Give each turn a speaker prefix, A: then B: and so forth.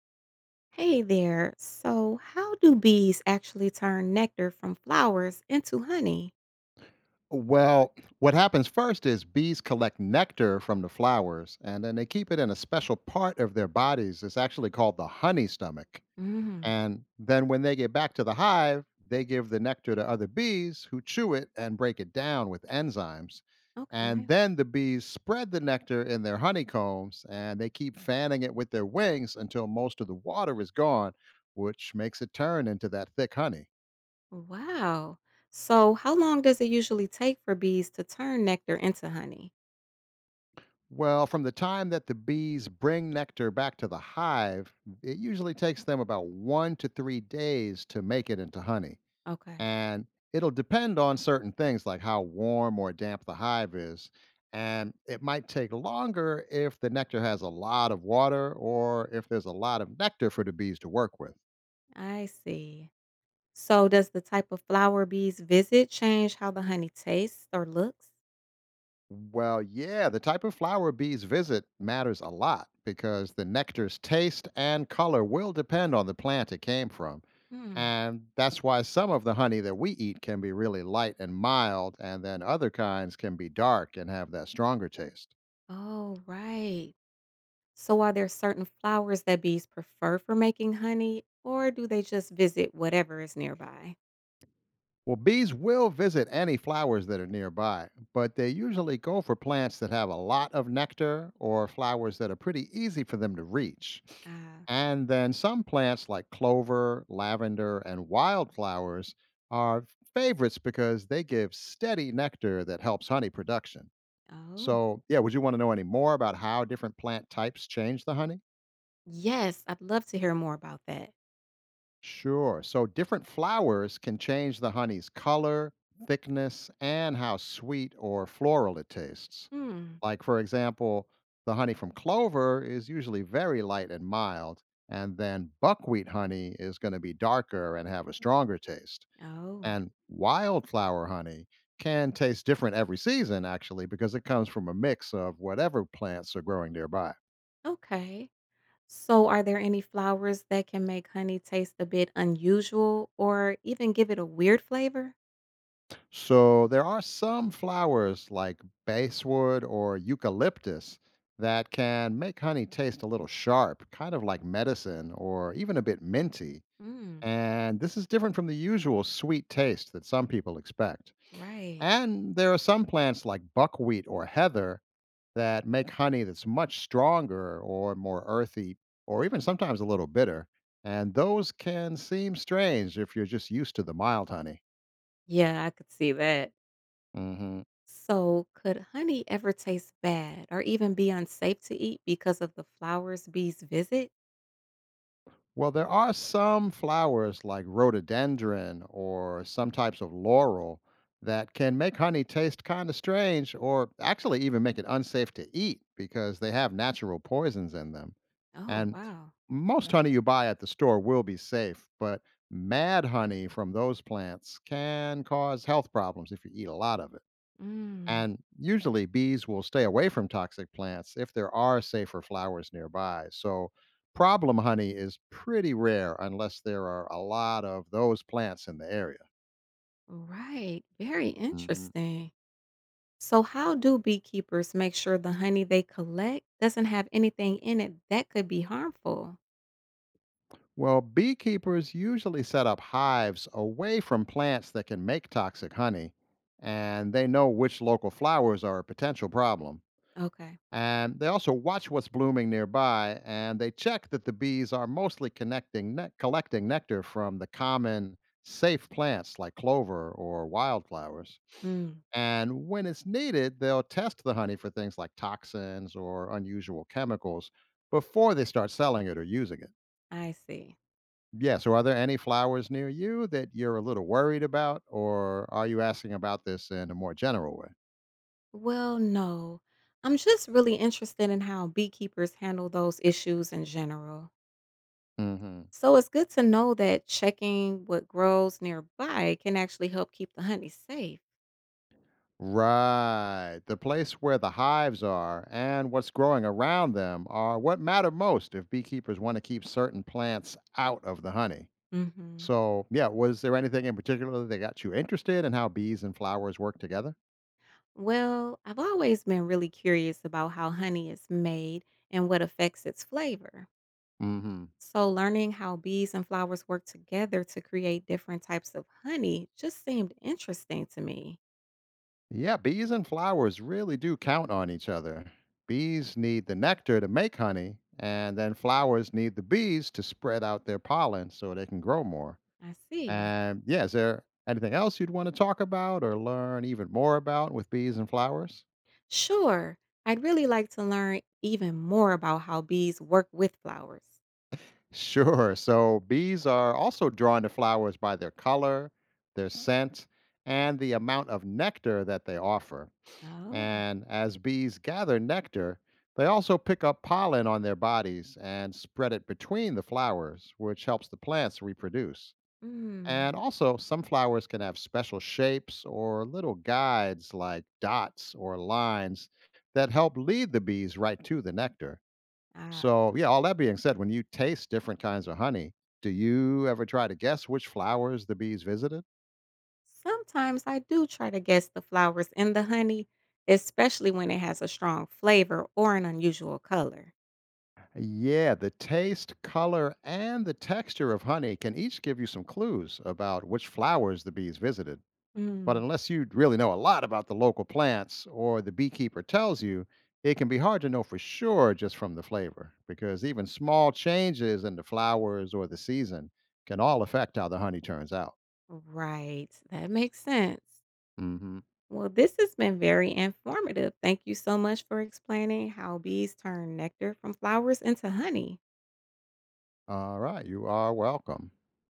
A: Hey there. So, how do bees actually turn nectar from flowers into honey?
B: Well, what happens first is bees collect nectar from the flowers and then they keep it in a special part of their bodies. It's actually called the honey stomach.
A: Mm.
B: And then when they get back to the hive, they give the nectar to other bees who chew it and break it down with enzymes. And
A: Okay.
B: then the bees spread the nectar in their honeycombs and they keep fanning it with their wings until most of the water is gone, which makes it turn into that thick honey.
A: Wow. So, how long does it usually take for bees to turn nectar into honey?
B: Well, from the time that the bees bring nectar back to the hive, it usually takes them about 1 to 3 days to make it into honey.
A: Okay.
B: And it'll depend on certain things like how warm or damp the hive is. And it might take longer if the nectar has a lot of water or if there's a lot of nectar for the bees to work with.
A: I see. So, does the type of flower bees visit change how the honey tastes or looks?
B: Well, yeah, the type of flower bees visit matters a lot because the nectar's taste and color will depend on the plant it came from.
A: Mm.
B: And that's why some of the honey that we eat can be really light and mild, and then other kinds can be dark and have that stronger taste.
A: Oh, right. So, are there certain flowers that bees prefer for making honey, or do they just visit whatever is nearby?
B: Well, bees will visit any flowers that are nearby, but they usually go for plants that have a lot of nectar or flowers that are pretty easy for them to reach. And then some plants like clover, lavender, and wildflowers are favorites because they give steady nectar that helps honey production.
A: Ah.
B: So, yeah, would you want to know any more about how different plant types change the honey?
A: Yes, I'd love to hear more about that.
B: Sure. So different flowers can change the honey's color, thickness, and how sweet or floral it tastes.
A: Hmm.
B: Like, for example, the honey from clover is usually very light and mild, and then buckwheat honey is going to be darker and have a stronger taste.
A: Oh,
B: And wildflower honey can taste different every season, actually, because it comes from a mix of whatever plants are growing nearby.
A: okay. So, are there any flowers that can make honey taste a bit unusual or even give it a weird flavor?
B: So there are some flowers like basswood or eucalyptus that can make honey taste a little sharp, kind of like medicine or even a bit minty.
A: Hmm.
B: And this is different from the usual sweet taste that some people expect.
A: Right.
B: And there are some plants like buckwheat or heather that make honey that's much stronger or more earthy or even sometimes a little bitter. And those can seem strange if you're just used to the mild honey.
A: Yeah, I could see that.
B: Hmm.
A: So, could honey ever taste bad or even be unsafe to eat because of the flowers bees visit?
B: Well, there are some flowers like rhododendron or some types of laurel that can make honey taste kind of strange or actually even make it unsafe to eat because they have natural poisons in them.
A: Oh,
B: And
A: wow.
B: most honey you buy at the store will be safe, but mad honey from those plants can cause health problems if you eat a lot of it.
A: Mm,
B: And usually, bees will stay away from toxic plants if there are safer flowers nearby. So, problem honey is pretty rare unless there are a lot of those plants in the area.
A: right. Very
B: Mhm.
A: interesting. So, how do beekeepers make sure the honey they collect doesn't have anything in it that could be harmful?
B: Well, beekeepers usually set up hives away from plants that can make toxic honey, and they know which local flowers are a potential problem.
A: Okay.
B: And they also watch what's blooming nearby and they check that the bees are mostly collecting nectar from the common safe plants like clover or wildflowers.
A: Mm,
B: And when it's needed, they'll test the honey for things like toxins or unusual chemicals before they start selling it or using it.
A: I see.
B: Yeah, so are there any flowers near you that you're a little worried about, or are you asking about this in a more general way?
A: Well, no. I'm just really interested in how beekeepers handle those issues in general.
B: Hmm.
A: So, it's good to know that checking what grows nearby can actually help keep the honey safe.
B: Right. The place where the hives are and what's growing around them are what matter most if beekeepers want to keep certain plants out of the honey.
A: Hmm.
B: So, yeah, was there anything in particular that got you interested in how bees and flowers work together?
A: Well, I've always been really curious about how honey is made and what affects its flavor.
B: Hmm.
A: So, learning how bees and flowers work together to create different types of honey just seemed interesting to me.
B: Yeah, bees and flowers really do count on each other. Bees need the nectar to make honey, and then flowers need the bees to spread out their pollen so they can grow more.
A: I see.
B: And yeah, is there anything else you'd want to talk about or learn even more about with bees and flowers?
A: Sure, I'd really like to learn even more about how bees work with flowers.
B: Sure. So, bees are also drawn to flowers by their color, their scent, and the amount of nectar that they offer.
A: Oh.
B: And as bees gather nectar, they also pick up pollen on their bodies and spread it between the flowers, which helps the plants reproduce.
A: Mm.
B: And also, some flowers can have special shapes or little guides like dots or lines that help lead the bees right to the nectar.
A: uh,
B: So, yeah, all that being said, when you taste different kinds of honey, do you ever try to guess which flowers the bees visited?
A: Sometimes I do try to guess the flowers in the honey, especially when it has a strong flavor or an unusual color.
B: Yeah, the taste, color, and the texture of honey can each give you some clues about which flowers the bees visited. But
A: Mm.
B: unless you really know a lot about the local plants or the beekeeper tells you, it can be hard to know for sure just from the flavor because even small changes in the flowers or the season can all affect how the honey turns out.
A: Right, that makes sense.
B: Hmm.
A: Well, this has been very informative. Thank you so much for explaining how bees turn nectar from flowers into honey.
B: All right, you are welcome.